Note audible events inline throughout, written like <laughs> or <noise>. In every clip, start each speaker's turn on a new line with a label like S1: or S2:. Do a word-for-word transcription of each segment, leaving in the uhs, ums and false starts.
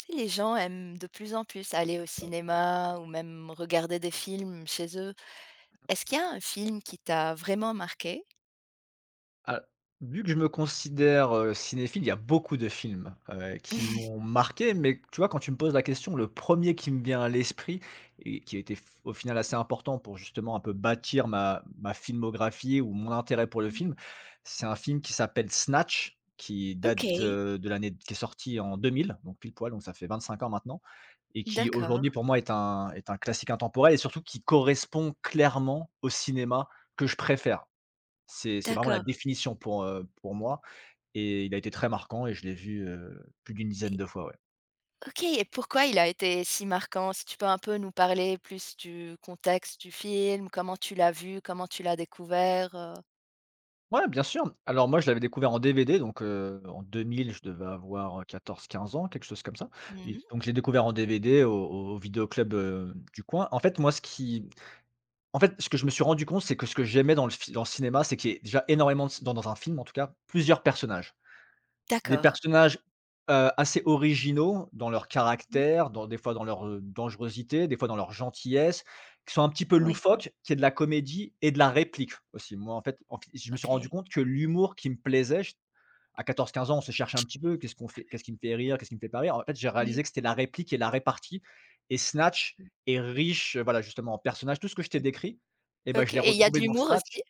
S1: Puis les gens aiment de plus en plus aller au cinéma ou même regarder des films chez eux. Est-ce qu'il y a un film qui t'a vraiment marqué?
S2: Ah, vu que je me considère, heu, cinéphile, il y a beaucoup de films, heu, qui m'ont marqué, mais tu vois, quand tu me poses la question, le premier qui me vient à l'esprit et qui a été f au final assez important pour justement un peu bâtir ma ma filmographie ou mon intérêt pour le
S1: Mmh.
S2: film, c'est un film qui s'appelle Snatch, qui date,
S1: OK,
S2: heu, de l'année qui est sorti en deux mille, donc pile poil, donc ça fait vingt-cinq ans maintenant et qui aujourd'hui
S1: d'accord,
S2: pour moi est un est un classique intemporel et surtout qui correspond clairement au cinéma que je préfère. C'est c'est vraiment la
S1: d'accord.
S2: définition pour, heu, pour moi et il a été très marquant et je l'ai vu, heu, plus d'une dizaine de fois, ouais.
S1: OK et pourquoi il a été si marquant? Si tu peux un peu nous parler plus du contexte du film, comment tu l'as vu, comment tu l'as découvert, heu?
S2: Ouais, bien sûr. Alors moi, je l'avais découvert en D V D donc heu, en deux mille. Je devais avoir quatorze, quinze ans, quelque chose comme ça, et
S1: Mmh.
S2: donc je l'ai découvert en D V D au au vidéoclub, heu, du coin. En fait, moi, ce qui en fait, ce que je me suis rendu compte, c'est que ce que j'aimais dans le fi dans le cinéma, c'est qu'il y a déjà énormément de dans dans un film, en tout cas, plusieurs personnages. Des
S1: D'accord.
S2: personnages, heu, assez originaux dans leur
S1: Mmh.
S2: caractère, dans des fois dans leur, heu, dangerosité, des fois dans leur gentillesse, qui sont un petit peu
S1: Oui.
S2: loufoques, qui est de la comédie et de la réplique aussi. Moi, en fait en fait, je me suis rendu
S1: OK.
S2: compte que l'humour qui me plaisait. J À quatorze, quinze ans, on se cherchait un petit peu: «Qu'est-ce qu'on fait qu'est-ce qui me fait rire? Qu'est-ce qui me fait pas rire?» En fait, j'ai
S1: Mmh.
S2: réalisé que c'était la réplique et la répartie, et Snatch est riche, heu, voilà, justement en personnages. Tout ce que je t'ai décrit, et ben, je
S1: OK
S2: l'ai
S1: et il y a de
S2: retrouvé dans
S1: l'humour
S2: Snatch.
S1: aussi?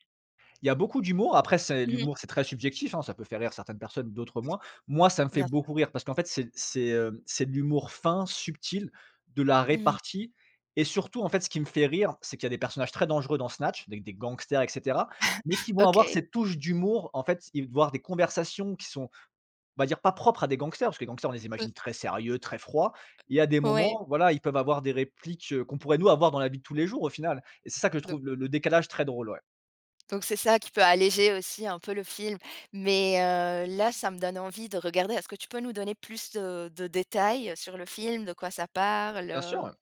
S2: Il y a beaucoup d'humour. Après, c'est
S1: Mmh.
S2: l'humour, c'est très subjectif, hein, ça peut faire rire certaines personnes, d'autres moins. Moi, ça me fait
S1: Bien sûr.
S2: beaucoup rire parce qu'en fait, c'est c'est, heu, c'est de l'humour fin, subtil, de la
S1: Mmh.
S2: répartie, et surtout, en fait, ce qui me fait rire, c'est qu'il y a des personnages très dangereux dans Snatch, des des gangsters et cetera, mais qui vont avoir
S1: OK.
S2: cette touche d'humour. En fait, ils vont avoir des conversations qui sont, on va dire, pas propres à des gangsters, parce que les gangsters, on les
S1: Heu,
S2: imagine très sérieux, très froids, et à des
S1: ouais.
S2: moments, voilà, ils peuvent avoir des répliques, heu, qu'on pourrait nous avoir dans la vie de tous les jours, au final, et c'est ça que je trouve, le le décalage très drôle, ouais.
S1: Donc c'est ça qui peut alléger aussi un peu le film. Mais heu, là, ça me donne envie de regarder. Est-ce que tu peux nous donner plus de de détails sur le film? De quoi ça parle,
S2: Bien
S1: heu?
S2: sûr.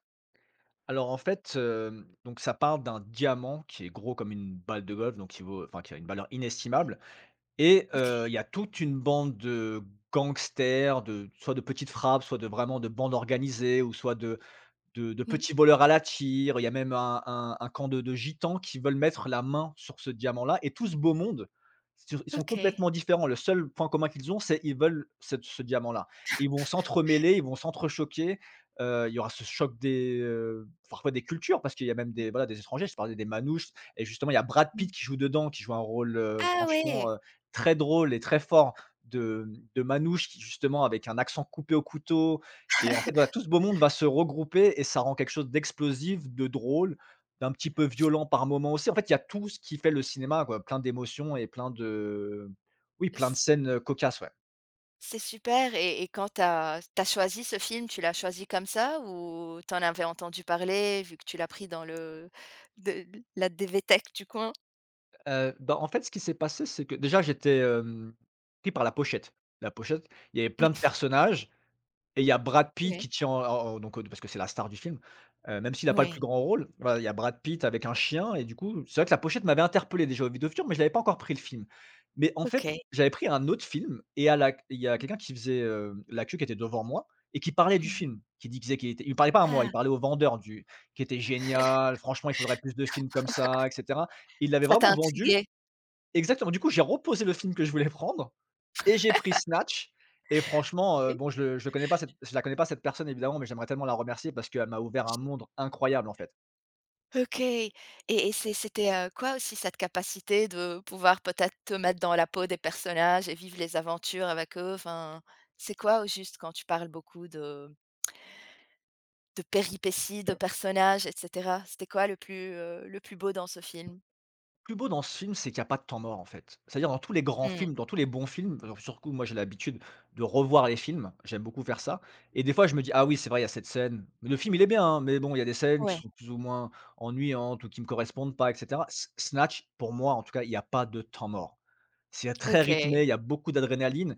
S2: Alors en fait, hem, donc ça part d'un diamant qui est gros comme une balle de golf, donc qui vaut, enfin qui a une valeur inestimable, et heu, il
S1: OK.
S2: y a toute une bande de gangsters, de soit de petites frappes, soit de vraiment de bandes organisées, ou soit de de de
S1: Mmh.
S2: petits voleurs à la tire. Il y a même un un un camp de de gitans qui veulent mettre la main sur ce diamant-là, et tout ce beau monde, sur ils sont
S1: OK.
S2: complètement différents. Le seul point commun qu'ils ont, c'est ils veulent cette ce diamant-là. Ils vont s'entremêler, ils vont s'entrechoquer, heu, il y aura ce choc des, heu, parfois des cultures, parce qu'il y a même
S1: Mmh
S2: des, voilà, des étrangers. Je parlais des Manouches, et justement il y a Brad
S1: mh.
S2: Pitt qui joue dedans, qui joue un rôle, heu,
S1: Ah ouais!
S2: franchement, heu, très drôle et très fort de, mmh, de Manouche, qui justement avec un accent coupé au couteau, et en fait, voilà, tout ce beau monde va se regrouper et ça rend quelque chose d'explosif, de drôle, d'un petit peu violent par moment aussi. En fait, il y a tout ce qui fait le cinéma, quoi, plein d'émotions et plein de oui, plein de
S1: C
S2: scènes, heu, cocasses, ouais.
S1: c'est super et et quand tu as choisi ce film, tu l'as choisi comme ça ou t'en avais entendu parler vu que tu l'as pris dans le de la DVTech du coin?
S2: Heu, bah, en fait, ce qui s'est passé, c'est que déjà j'étais, hem, pris par la pochette. La pochette, il y avait plein de personnages. Et il y a Brad Pitt
S1: Ouais,
S2: qui tient en en donc, heu, parce que c'est la star du film, heu, même s'il a pas le plus
S1: ouais.
S2: grand rôle, voilà, il y a Brad Pitt avec un chien, et du coup, c'est vrai que la pochette m'avait interpellé déjà au vidéo futur, mais je l'avais pas encore pris le film. Mais en fait,
S1: OK.
S2: j'avais pris un autre film, et à la il y a quelqu'un qui faisait, heu, la queue, qui était devant moi et qui parlait du
S1: Mmh.
S2: film, qui disait qu'il était il ne parlait pas à moi, il
S1: Ah!
S2: parlait au vendeur — du qui était génial, franchement, il faudrait plus de films comme ça et cetera. Il l'avait
S1: Ça t'a
S2: vraiment vendu,
S1: intrigué?
S2: exactement. Du coup, j'ai reposé le film que je voulais prendre et j'ai pris Snatch. Et franchement, heu, bon, je le je le connais pas cette je la connais pas, cette personne, évidemment, mais j'aimerais tellement la remercier parce qu'elle m'a ouvert un monde incroyable, en fait.
S1: OK et et c'est c'était, heu, quoi aussi cette capacité de pouvoir peut-être te mettre dans la peau des personnages et vivre les aventures avec eux? Enfin, c'est quoi au juste quand tu parles beaucoup de de péripéties, de personnages et cetera? C'était quoi le plus, heu, le plus beau dans ce film?
S2: Le plus beau dans ce film, c'est qu'il y a pas de temps mort, en fait. C'est-à-dire, dans tous les grands
S1: Mmh,
S2: films, dans tous les bons films, alors sur moi, j'ai l'habitude de revoir les films, j'aime beaucoup faire ça, et des fois je me dis: «Ah oui, c'est vrai, il y a cette scène.» Le film, il est bien, hein, mais bon, il y a des scènes qui
S1: ouais.
S2: sont plus ou moins ennuyantes ou qui me correspondent pas et cetera. S Snatch, pour moi en tout cas, il y a pas de temps mort. C'est très rythmé,
S1: OK.
S2: il y a beaucoup d'adrénaline.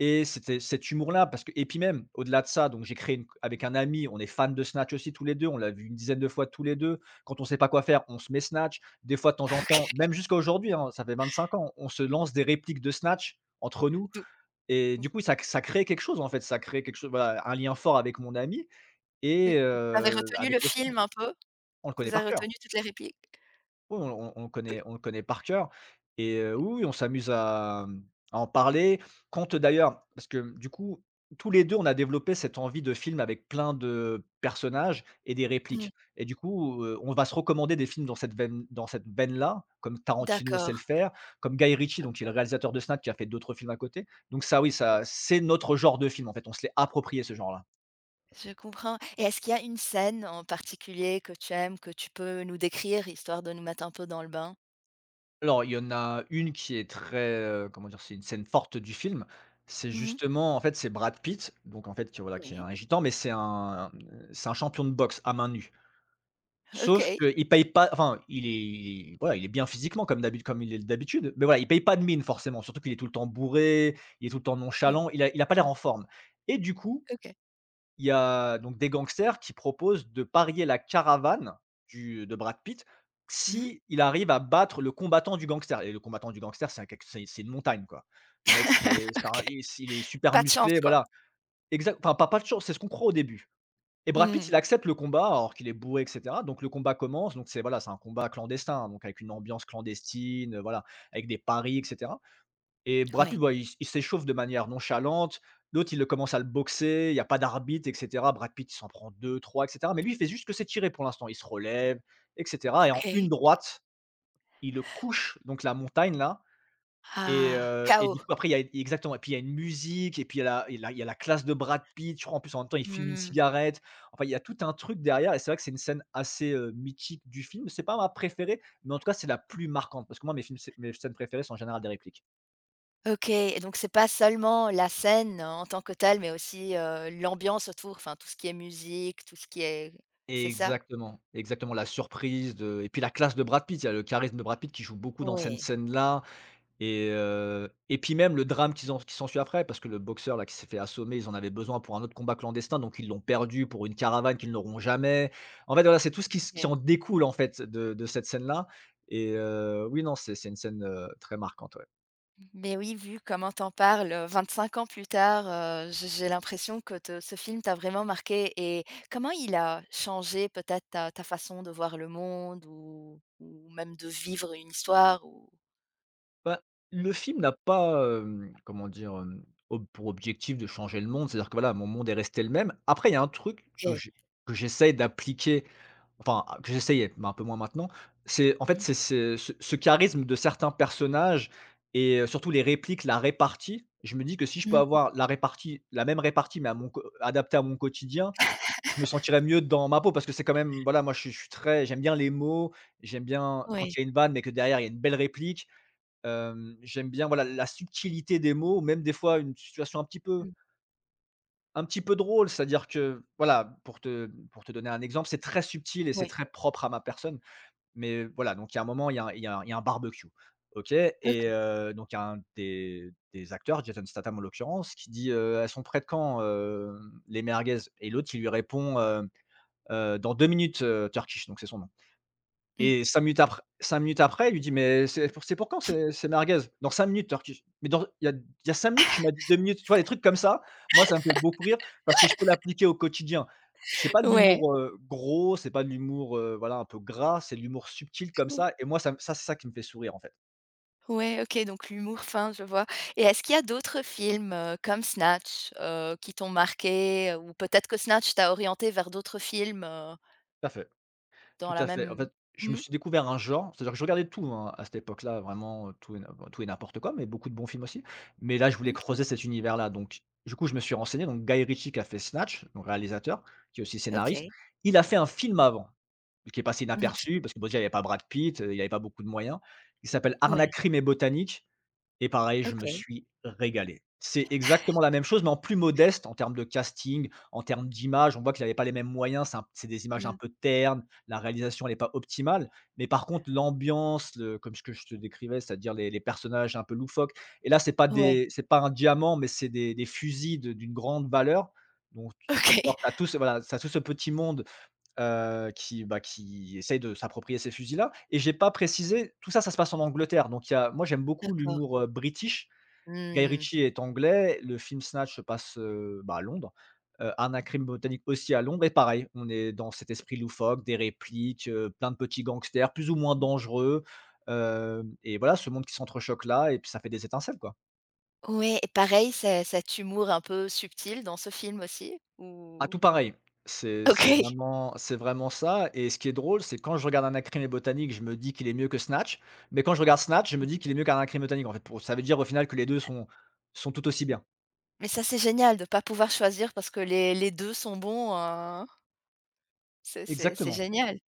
S2: Et c'était cet humour-là, parce que, et puis même au-delà de ça, donc j'ai créé une avec un ami, on est fan de Snatch aussi tous les deux, on l'a vu une dizaine de fois tous les deux. Quand on sait pas quoi faire, on se met Snatch. Des fois, de temps en temps, même jusqu'à aujourd'hui, hein, ça fait vingt-cinq ans, on se lance des répliques de Snatch entre nous,
S1: D'où
S2: et du coup ça ça crée quelque chose, en fait, ça crée quelque chose, voilà, un lien fort avec mon ami
S1: heu,
S2: et
S1: vous avez
S2: heu,
S1: retenu le
S2: avec le film.
S1: film un peu?
S2: On le connaît
S1: Vous
S2: par
S1: avez
S2: cœur.
S1: retenu toutes les répliques?
S2: Oui, on on on le connaît, on le connaît par cœur, et heu, oui, oui, on s'amuse à, mmh, à en parler. Compte d'ailleurs, parce que du coup, tous les deux, on a développé cette envie de film avec plein de personnages et des
S1: Mmh,
S2: répliques, et du coup, heu, on va se recommander des films dans cette veine dans cette veine-là, comme Tarantino sait
S1: d'accord,
S2: le faire, comme Guy Ritchie, donc qui est le réalisateur de Snatch, qui a fait d'autres films à côté. Donc ça, oui, ça, c'est notre genre de film, en fait, on se l'est approprié, ce genre-là.
S1: je comprends et est-ce qu'il y a une scène en particulier que tu aimes, que tu peux nous décrire, histoire de nous mettre un peu dans le bain?
S2: Alors, il y en a une qui est très, heu, comment dire? C'est une scène forte du film. C'est
S1: Mmh.
S2: justement, en fait, c'est Brad Pitt, donc en fait, qui, voilà,
S1: Oui,
S2: qui est un gitan, mais c'est un c'est un champion de boxe à main nue. Sauf
S1: OK.
S2: qu'il paye pas, enfin, il est il est voilà, il est bien physiquement, comme d'habitude comme il est d'habitude, mais voilà, il paye pas de mine forcément, surtout qu'il est tout le temps bourré, il est tout le temps
S1: Mmh.
S2: nonchalant, il a il a pas l'air en forme, et du coup,
S1: OK.
S2: il y a donc des gangsters qui proposent de parier la caravane du de Brad Pitt,
S1: Mmh mh.
S2: si il arrive à battre le combattant du gangster, et le combattant du gangster, c'est un quelque c'est c'est une montagne, quoi. Le mec, c'est
S1: <laughs>
S2: c'est un
S1: OK.
S2: il il est super
S1: Pas de chance,
S2: musclé,
S1: quoi?
S2: voilà. Exact, enfin, pas pas de chance, c'est ce qu'on croit au début, et Brad Pitt,
S1: Mmh.
S2: il accepte le combat alors qu'il est bourré et cetera, donc le combat commence, donc c'est, voilà, c'est un combat clandestin, donc avec une ambiance clandestine, voilà, avec des paris et cetera, et Brad
S1: Oui.
S2: Pitt, ouais, il s il s'échauffe de manière nonchalante. L'autre, il le commence à le boxer, il y a pas d'arbitre et cetera. Brad Pitt, il s'en prend deux, trois, et cetera. Mais lui, il fait juste que s'étirer pour l'instant. Il se relève et cetera, et en une
S1: OK.
S2: droite, il le couche, donc la montagne là, et
S1: Ah,
S2: heu et du
S1: chaos.
S2: coup, après, il y a e exactement, et puis il y a une musique et puis il y a la il y a la il y a la classe de Brad Pitt. Je crois, en plus, en même temps, il fume une
S1: Mmh.
S2: cigarette. Enfin, il y a tout un truc derrière, et c'est vrai que c'est une scène assez, heu, mythique du film. C'est pas ma préférée, mais en tout cas, c'est la plus marquante parce que moi, mes films, mes scènes préférées sont en général des répliques.
S1: OK et donc c'est pas seulement la scène hein, en tant que telle, mais aussi, heu, l'ambiance autour, enfin tout ce qui est musique, tout ce qui est c'est ça?
S2: Exactement, exactement, la surprise de et puis la classe de Brad Pitt, il y a le charisme de Brad Pitt qui joue beaucoup dans cette
S1: Oui.
S2: scène-là et heu et puis même le drame qui s'en qui s'ensuit après parce que le boxeur là qui s'est fait assommer, ils en avaient besoin pour un autre combat clandestin, donc ils l'ont perdu pour une caravane qu'ils n'auront jamais. En fait, voilà, c'est tout ce qui s qui en découle en fait de de cette scène-là et heu, oui, non, c'est c'est une scène, heu, très marquante, ouais.
S1: Mais oui, vu comment t'en en parles, heu, vingt-cinq ans plus tard, heu, j'ai j'ai l'impression que te ce film t'a vraiment marqué et comment il a changé peut-être ta ta façon de voir le monde ou ou même de vivre une histoire ou
S2: Bah, le film n'a pas, hem, comment dire? Hem, ob Pour objectif de changer le monde. C'est-à-dire que voilà, mon monde est resté le même. Après, il y a un truc que
S1: OK.
S2: j'ai que j'essaye d'appliquer, enfin, ah, que j'essayais, mais un peu moins maintenant. C'est en fait,
S1: Mmh.
S2: c'est c'est ce ce charisme de certains personnages et heu, surtout les répliques, la répartie. Je me dis que si je peux
S1: Mmh.
S2: avoir la répartie la même répartie, mais à mon co adaptée à mon quotidien, je me sentirais mieux dans ma peau parce que c'est quand même voilà, moi je suis je suis très, j'aime bien les mots, j'aime bien quand
S1: Ouais.
S2: il y a une vanne, mais que derrière il y a une belle réplique. Hem, j'aime bien, voilà, la subtilité des mots, même des fois une situation un petit peu
S1: Mmh.
S2: un petit peu drôle. C'est-à-dire que, voilà, pour te pour te donner un exemple, c'est très subtil et c'est
S1: Ouais.
S2: très propre à ma personne. Mais voilà, donc il y a un moment, il y a un il y a un il y a un barbecue, OK? Et
S1: OK.
S2: heu, donc il y a un des des acteurs, Jason Statham en l'occurrence, qui dit, heu: «Elles sont prêtes quand, hem, les merguez?» Et l'autre, il lui répond, heu: «Heu, dans deux minutes, heu, Turkish», donc c'est son nom.
S1: Mmh.
S2: Et cinq minutes après, cinq minutes après, il lui dit: «Mais c'est pour c'est pour quand ces ces merguez?» «Dans cinq minutes.» Alors mais dans il y a il y a cinq minutes, tu m'as dit deux minutes, tu vois? Des trucs comme ça, moi ça me fait beaucoup rire parce que je peux l'appliquer au quotidien. C'est pas de
S1: Ouais.
S2: l'humour, heu, gros, c'est pas de l'humour, heu, voilà, un peu gras, c'est de l'humour subtil comme
S1: Mmh.
S2: ça et moi ça me ça, c'est ça qui me fait sourire en fait.
S1: Ouais, OK, donc l'humour fin, je vois et est-ce qu'il y a d'autres films, heu, comme Snatch, heu, qui t'ont marqué euh, ou peut-être que Snatch t'a orienté vers d'autres films, heu,
S2: Tout à fait.
S1: dans
S2: Tout
S1: la
S2: à fait. En
S1: même
S2: fait, je me
S1: mmh?
S2: suis découvert un genre, c'est-à-dire que je regardais tout, hein, à cette époque-là, vraiment, heu, tout et n'im tout et n'importe quoi, mais beaucoup de bons films aussi. Mais là, je voulais
S1: Mmh.
S2: creuser cet univers-là, donc du coup, je me suis renseigné. Donc Guy Ritchie qui a fait Snatch, donc réalisateur, qui est aussi scénariste,
S1: OK.
S2: il a fait un film avant, qui est passé
S1: Mmh.
S2: inaperçu parce que, bah, déjà, il n'y avait pas Brad Pitt, heu, il n'y avait pas beaucoup de moyens. Il s'appelle Arnaque,
S1: Ouais,
S2: crime et botanique. Et pareil, je me
S1: OK.
S2: suis régalé. C'est exactement la même chose, mais en plus modeste en termes de casting, en termes d'image. On voit qu'il avait pas les mêmes moyens, c'est un c'est des images un
S1: Mmh.
S2: peu ternes, la réalisation elle est pas optimale. Mais par contre l'ambiance, le comme ce que je te décrivais, c'est-à-dire les les personnages un peu loufoques et là c'est pas
S1: Ouais.
S2: des c'est pas un diamant, mais c'est des des fusils de d'une grande valeur. Donc,
S1: <laughs>
S2: tu
S1: OK.
S2: as tout ce voilà, tu tout ce petit monde heu, qui, bah, qui essaye de s'approprier ces fusils-là et j'ai pas précisé, tout ça, ça se passe en Angleterre, donc il y a moi j'aime beaucoup
S1: D'accord.
S2: l'humour, heu, british. Guy
S1: Mmh.
S2: Ritchie est anglais, le film Snatch se passe, heu, bah, à Londres, heu, Anna-Crime Botanique aussi à Londres et pareil, on est dans cet esprit loufoque, des répliques, heu, plein de petits gangsters plus ou moins dangereux, hem et voilà, ce monde qui s'entrechoque là et puis ça fait des étincelles, quoi.
S1: Ouais et pareil, c'est cet humour un peu subtil dans ce film aussi
S2: Ah,
S1: ou
S2: tout pareil. C'est c'est
S1: OK.
S2: vraiment c'est vraiment ça et ce qui est drôle, c'est quand je regarde un et Botanique, je me dis qu'il est mieux que Snatch, mais quand je regarde Snatch, je me dis qu'il est mieux qu'un et Botanique, en fait, pour ça veut dire au final que les deux sont sont tout aussi bien.
S1: Mais ça, c'est génial de pas pouvoir choisir parce que les les deux sont bons, heu, c'est c'est c'est
S2: Exactement,
S1: génial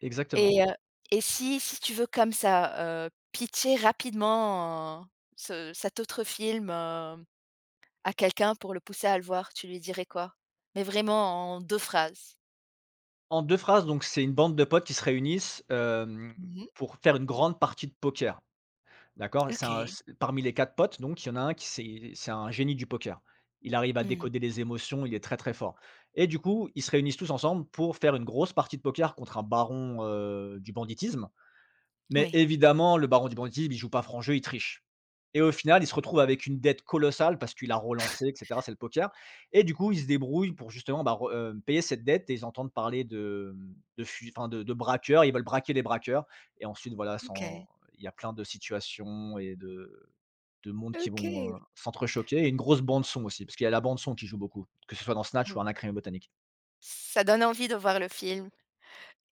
S2: exactement.
S1: et heu et si si tu veux comme ça, heu, pitcher rapidement, heu, ce cet autre film, heu, à quelqu'un pour le pousser à le voir, tu lui dirais quoi? Mais vraiment en deux phrases.
S2: En deux phrases, donc c'est une bande de potes qui se réunissent, hem,
S1: Mmh.
S2: pour faire une grande partie de poker. D'accord? C'est un
S1: OK.
S2: c Parmi les quatre potes, donc il y en a un qui c'est c'est un génie du poker. Il arrive à
S1: Mmh.
S2: décoder les émotions, il est très, très fort et du coup, ils se réunissent tous ensemble pour faire une grosse partie de poker contre un baron, heu, du banditisme, mais
S1: Ouais.
S2: évidemment, le baron du banditisme, il joue pas franc jeu, il triche. Et au final, il se retrouve avec une dette colossale parce qu'il a relancé et cetera, c'est le poker. Et du coup, il se débrouille pour justement, bah, re heu, payer cette dette et ils entendent parler de, mmh, de fui enfin de de braqueurs, ils veulent braquer les braqueurs et ensuite voilà, s'en
S1: OK.
S2: il y a plein de situations et de de mondes qui vont,
S1: OK.
S2: heu, s'entrechoquer et une grosse bande son aussi, parce qu'il y a la bande son qui joue beaucoup, que ce soit dans Snatch ou
S1: Bon,
S2: Anna Crime Botanique.
S1: ça donne envie de voir le film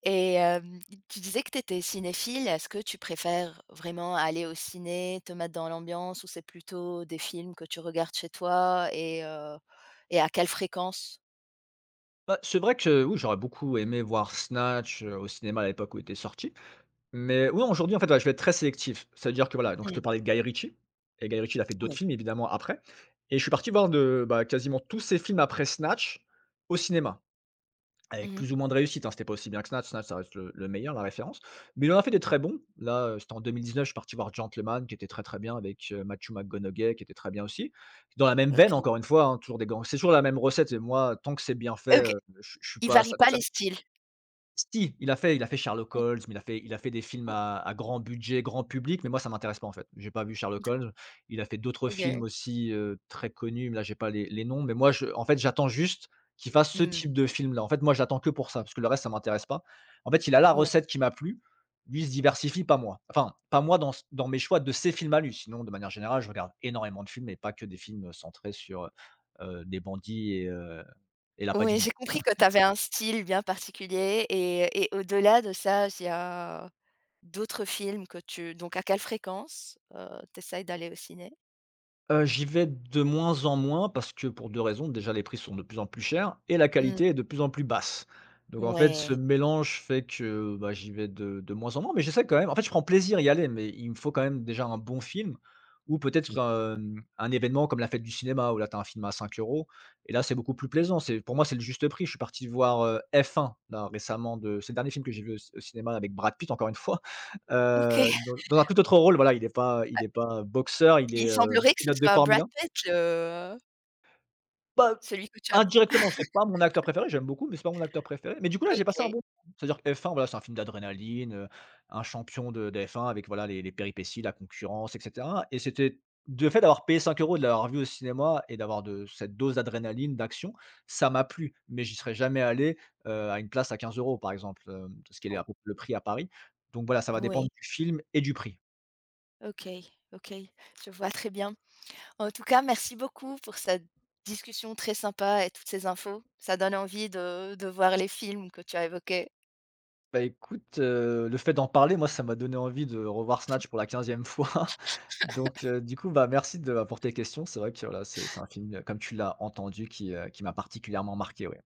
S1: et hem, tu disais que tu étais cinéphile. Est-ce que tu préfères vraiment aller au ciné, te mettre dans l'ambiance ou c'est plutôt des films que tu regardes chez toi et heu et à quelle fréquence?
S2: Bah, c'est vrai que oui, j'aurais beaucoup aimé voir Snatch, heu, au cinéma à l'époque où il était sorti. Mais oui, aujourd'hui, en fait, ouais, je vais être très sélectif. C'est-à-dire que voilà, donc je te
S1: Mmh,
S2: parlais de Guy Ritchie et Guy Ritchie, il a fait d'autres
S1: oui.
S2: films évidemment après et je suis parti voir de bah, quasiment tous ses films après Snatch au cinéma avec
S1: Mmh.
S2: plus ou moins de réussite, hein, c'était pas aussi bien que Snatch. Snatch, ça reste le le meilleur, la référence, mais il en a fait des très bons. Là, heu, c'était en deux mille dix-neuf, je suis parti voir Gentleman qui était très, très bien avec, heu, Matthew McConaughey qui était très bien aussi. Dans la même veine
S1: OK.
S2: encore une fois, hein, toujours des grands c'est toujours la même recette et moi tant que c'est bien fait,
S1: OK,
S2: heu, je je suis
S1: il
S2: pas
S1: varie
S2: ça.
S1: pas les styles?
S2: Si, il a fait il a fait Sherlock
S1: Mmh,
S2: Holmes, mais il a fait il a fait des films
S1: oh,
S2: à à grand budget, grand public, mais moi ça m'intéresse pas en fait. J'ai pas vu Sherlock
S1: d
S2: Holmes. Il a fait d'autres
S1: OK.
S2: films aussi, heu, très connus, mais là j'ai pas les les noms, mais moi je en fait j'attends juste qu'il fasse ce
S1: Mmh.
S2: type de film-là. En fait, moi je l'attends que pour ça, parce que le reste ça m'intéresse pas. En fait, il a la
S1: Ouais.
S2: recette qui m'a plu. Lui, il se diversifie, pas moi. Enfin, pas moi dans dans mes choix de ses films à lui. Sinon, de manière générale, je regarde énormément de films et pas que des films, centrés sur, heu des bandits et heu et l'appât du...
S1: Oui, j'ai compris que tu avais un style bien particulier et et au-delà de ça, il y a d'autres films que tu donc à quelle fréquence, heu, tu essayes d'aller au ciné?
S2: Heu, j'y vais de moins en moins parce que pour deux raisons. Déjà, les prix sont de plus en plus chers et la
S1: Mmh.
S2: qualité est de plus en plus basse. Donc en fait, ce
S1: Ouais.
S2: mélange fait que, bah, j'y vais de de moins en moins, mais j'essaie quand même. En fait, je prends plaisir à y aller, mais il me faut quand même déjà un bon film ou peut-être, mmh, un événement comme la fête du cinéma où là, tu as un film à cinq euros et là, c'est beaucoup plus plaisant. C'est pour moi, c'est le juste prix. Je suis parti voir, heu, F un là récemment de c'est le dernier film que j'ai vu au au cinéma avec Brad Pitt encore une fois, heu,
S1: OK.
S2: dans dans un tout autre rôle. Voilà, il est pas il est pas boxeur, il
S1: Il
S2: est, heu...
S1: semblerait que ce
S2: Pilote de
S1: soit
S2: Formule
S1: Brad
S2: un?
S1: Pitt le
S2: Bah,
S1: celui que tu aimes.
S2: indirectement, c'est pas mon acteur préféré, j'aime beaucoup, mais c'est pas mon acteur préféré. Mais du coup, là, j'ai passé un
S1: OK.
S2: bon moment. C'est-à-dire que F un, voilà, c'est un film d'adrénaline, heu, un champion de de F un avec, voilà, les les péripéties, la concurrence et cetera et c'était le fait d'avoir payé cinq euros de l'avoir vu au cinéma et d'avoir de cette dose d'adrénaline, d'action, ça m'a plu, mais j'y serais jamais allé, heu, à une place à quinze euros par exemple, hem, ce qui est
S1: O
S2: à peu près le prix à Paris. Donc voilà, ça va
S1: Ouais.
S2: dépendre du film et du prix.
S1: OK, OK, je vois très bien. En tout cas, merci beaucoup pour cette discussion très sympa et toutes ces infos. Ça donne envie de de voir les films que tu as évoqués.
S2: Bah, écoute, heu, le fait d'en parler, moi, ça m'a donné envie de revoir Snatch pour la quinzième fois. <laughs> Donc, heu, du coup, bah, merci de bah, pour tes questions. C'est vrai que voilà, c'est c'est un film, euh, comme tu l'as entendu, qui, heu, qui m'a particulièrement marqué, ouais.